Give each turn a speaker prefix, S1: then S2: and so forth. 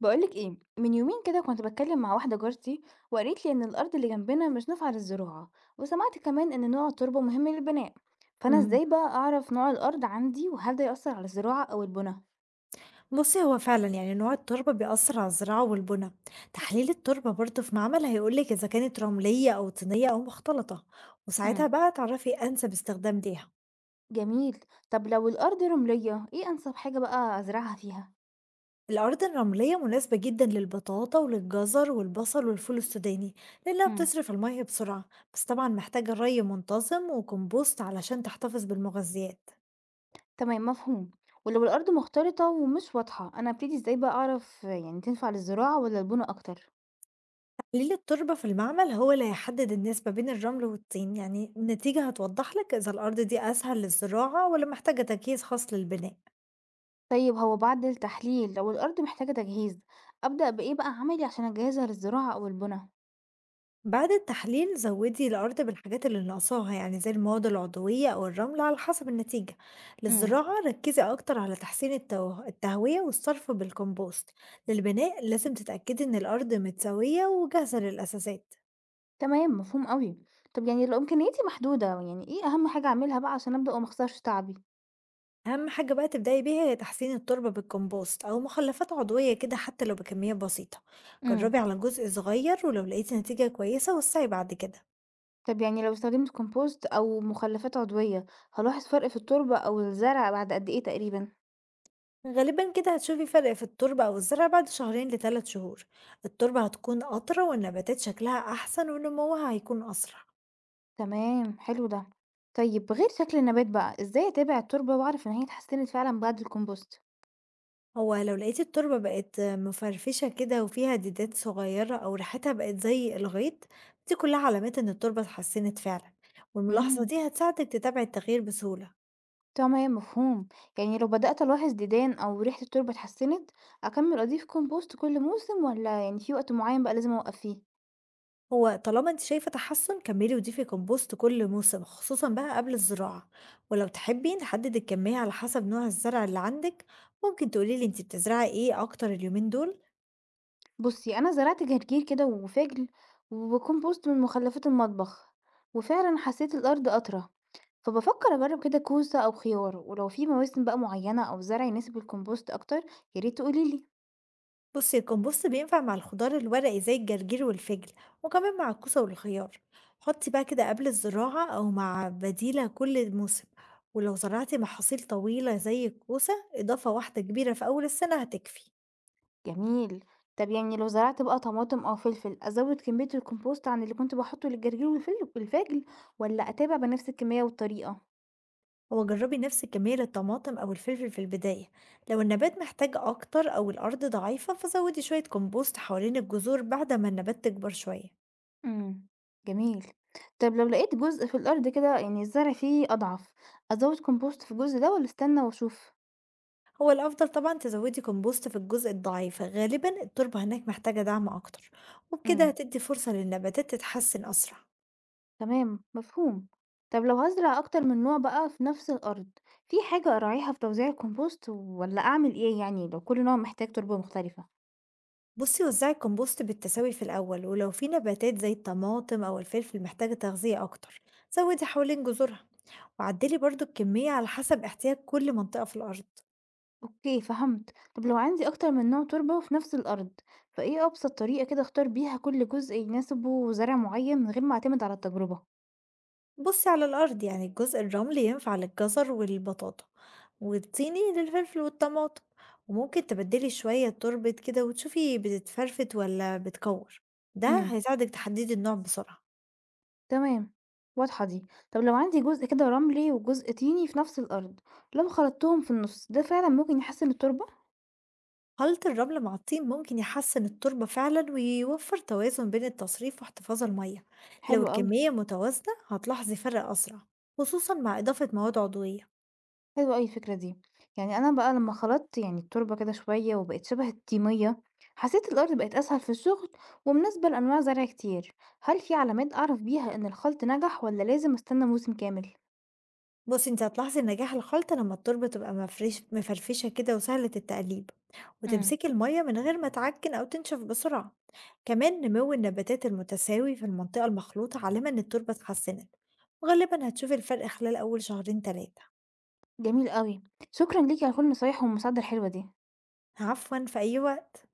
S1: بقولك ايه؟ من يومين كده كنت بتكلم مع واحدة جارتي، وقالت لي ان الارض اللي جنبنا مش نافعة للزراعة، وسمعت كمان ان نوع التربة مهم للبناء. فانا
S2: إمم.
S1: ازاي بقى اعرف نوع الارض عندي، وهل ده يأثر على الزراعة او البناء؟
S2: بُصّي، هو فعلًا يعني نوع التربة بيأثّر على الزراعة والبُنى. تحليل التربة برضه في معمل هيقول لِك إذا كانت رملية أو طينية أو مختلطة، وساعتها
S1: امم
S2: بقى تعرفي أنسب استخدام ليها.
S1: جميل. طب لو الارض رملية، ايه انسب حاجة بقى ازرعها فيها؟
S2: الأراضي الرملية مناسبة جدًا للبطاطا وللجزر والبصل والفول السوداني، لإنها
S1: امم
S2: بتصرف المَيّة بسرعة، بس طبعًا محتاجة ري منتظم وكومبوست علشان تحتفظ بالمغذيات.
S1: تمام، مفهوم. ولو الارض مختلطة ومش واضحة، انا ابتدي ازاي بقى اعرف يعني تنفع للزراعة ولا البناء اكتر؟
S2: قليل التربة في المعمل هو اللي هيحدد النسبة بين الرمل والطين، يعني النتيجة هتوضح لك إذا الأرض دي أسهل للزراعة ولا محتاجة تجهيز خاص للبناء.
S1: طيب هو بعد التحليل، لو الأرض محتاجة تجهيز، أبدأ بإيه بقى عملي عشان أجهزها للزراعة أو البناء؟
S2: بعد التحليل زودي الأرض بالحاجات اللي ناقصاها، يعني زي المواد العضوية أو الرمل على حسب النتيجة.
S1: امم
S2: للزراعة ركزي أكتر على تحسين التهوية والصرف بالكمبوست. للبناء لازم تتأكدي إن الأرض متساوية وجاهزة للأساسات.
S1: تمام، مفهوم قوي. طب يعني لو إمكانياتي محدودة، يعني إيه أهم حاجة أعملها بقى عشان أبدأ وما أخسرش تعبي؟
S2: أهم حاجة بقى تبدأي بيها هي تحسين التربة بالكمبوست أو مخلفات عضوية كده، حتى لو بكمية بسيطة.
S1: امم
S2: جربي على جزء صغير، ولو لقيتي نتيجة كويسة وسعي بعد كده.
S1: طب يعني لو استخدمت كومبوست أو مخلفات عضوية، هلاحظ فرق في التربة أو الزرع بعد قد إيه تقريبا؟
S2: غالبا كده هتشوفي فرق في التربة أو الزرع بعد شهرين لثلاث شهور. التربة هتكون أطرى والنباتات شكلها أحسن ونموها هيكون أسرع.
S1: تمام، حلو ده. طيب غير شكل النبات بقى، إزاي أتابع التربة وأعرف إن هي اتحسنت فعلا بعد الكومبوست؟
S2: هو لو لقيتي التربة بقت مفرفشة كده وفيها ديدات صغيرة أو ريحتها بقت زي الغيط، دي كلها علامات إن التربة اتحسنت فعلا،
S1: امم
S2: والملاحظة دي هتساعدك تتابعي التغيير بسهولة.
S1: تمام، مفهوم. يعني لو بدأت ألاحظ ديدان أو ريحة التربة اتحسنت، أكمل أضيف كومبوست كل موسم، ولا يعني في وقت معين بقى لازم أوقف فيه؟
S2: هو طالما انت شايفة تحسن كملي وضيفي كومبوست كل موسم، خصوصا بقى قبل الزراعة. ولو تحبي نحدد الكمية على حسب نوع الزرع اللي عندك، ممكن تقولي لي انت بتزرعي ايه اكتر اليومين دول.
S1: بصي، أنا زرعت جرجير كده وفجل، وكومبوست من مخلفات المطبخ، وفعلا حسيت الأرض أطرى. فبفكر أجرب كده كوسة أو خيار، ولو في مواسم بقى معينة أو زرع يناسب الكومبوست أكتر، ياريت تقوليلي.
S2: بصي، الكومبوست بينفع مع الخضار الورقي زي الجرجير والفجل، وكمان مع الكوسة والخيار. حطي بقى كده قبل الزراعة او مع بديلة كل موسم. ولو زرعتي محاصيل طويلة زي الكوسة، اضافة واحدة كبيرة في اول السنة هتكفي.
S1: جميل. طب يعني لو زرعت بقى طماطم أو فلفل، أزود كمية الكومبوست عن اللي كنت باحطه للجرجير والفل والفاجل، والّا أتابع بنفس الكمية والطريقة؟
S2: هو جربي نفس كمية الطماطم أو الفلفل في البداية. لو النبات محتاج أكتر أو الأرض ضعيفة فزودي شوية كمبوست حوالين الجذور بعد ما النبات تكبر شوية.
S1: امم. جميل. طب لو لقيت جزء في الأرض كده يعني الزرع فيه أضعف، أزود كومبوست في الجزء ده والّا أستنى وأشوف؟
S2: هو الأفضل طبعا تزودي كمبوست في الجزء الضعيف، غالبا التربة هناك محتاجة دعم أكتر، وبكده
S1: امم.
S2: هتدي فرصة للنباتات تتحسن أسرع.
S1: تمام، مفهوم. طب لو هازرع أكتر من نوع بقى في نفس الأرض، في حاجة أراعيها في توزيع الكومبوست، والّا أعمل إيه يعني لو كل نوع محتاج تربة مختلفة؟
S2: بصي، وزعي الكمبوست بالتساوي في الأول، ولو في نباتات زي الطماطم أو الفلفل محتاجة تغذية أكتر زودي حوالين جذورها، وعدلي برضو الكمية على حسب احتياج كل منطقة في الأرض.
S1: أوكي، فهمت. طب لو عندي أكتر من نوع تربة وفي نفس الأرض، فإيه أبسط طريقة كده أختار بيها كل جزء يناسبه زرع معين من غير ما أعتمد على التجربة؟
S2: بُصي على الأرض، يعني الجزء الرملي ينفع للجزر والبطاطا، والطيني للفلفل والطماطم، وممكن تبدلي شوية تربة كده وتشوفي بتتفرفت والّا بتكور، ده
S1: امم
S2: هيساعدك تحددي النوع بسرعة.
S1: تمام، واضحة دي. طب لو عندي جزء كده رملي وجزء طيني في نفس الأرض، لو خلطتهم في النص ده فعلا ممكن يحسن التربة؟
S2: خلط الرمل مع الطين ممكن يحسن التربة فعلًا ويوفر توازن بين التصريف واحتفاظ المية، لو
S1: حلو أوي.
S2: الكمية متوازنة هتلاحظي فرق أسرع، خصوصًا مع إضافة مواد عضوية.
S1: حلوة أوي الفكرة دي، يعني أنا بقى لمّا خلطت يعني التربة كده شوية وبقت شبه الطينية، حسيت الأرض بقت أسهل في الشغل ومناسبة لأنواع زرع كتير. هل في علامات أعرف بيها إن الخلط نجح والّا لازم أستنى موسم كامل؟
S2: بُصّي، أنتِ هتلاحظي نجاح الخلطة لمّا التوربة تبقى مفرش مفرفشة كده وسهلة التقليب،
S1: امم
S2: وتمسكي المَيّة من غير ما تعجن أو تنشف بسرعة، كمان نمو النباتات المتساوي في المنطقة المخلوطة علامة إن التربة اتحسنت، وغالبًا هتشوفي الفرق خلال أول شهرين 3.
S1: جميل أوي. شكرا ليكِ على كل النصايح والمساعدة الحلوة دي.
S2: عفوًا، في أي وقت.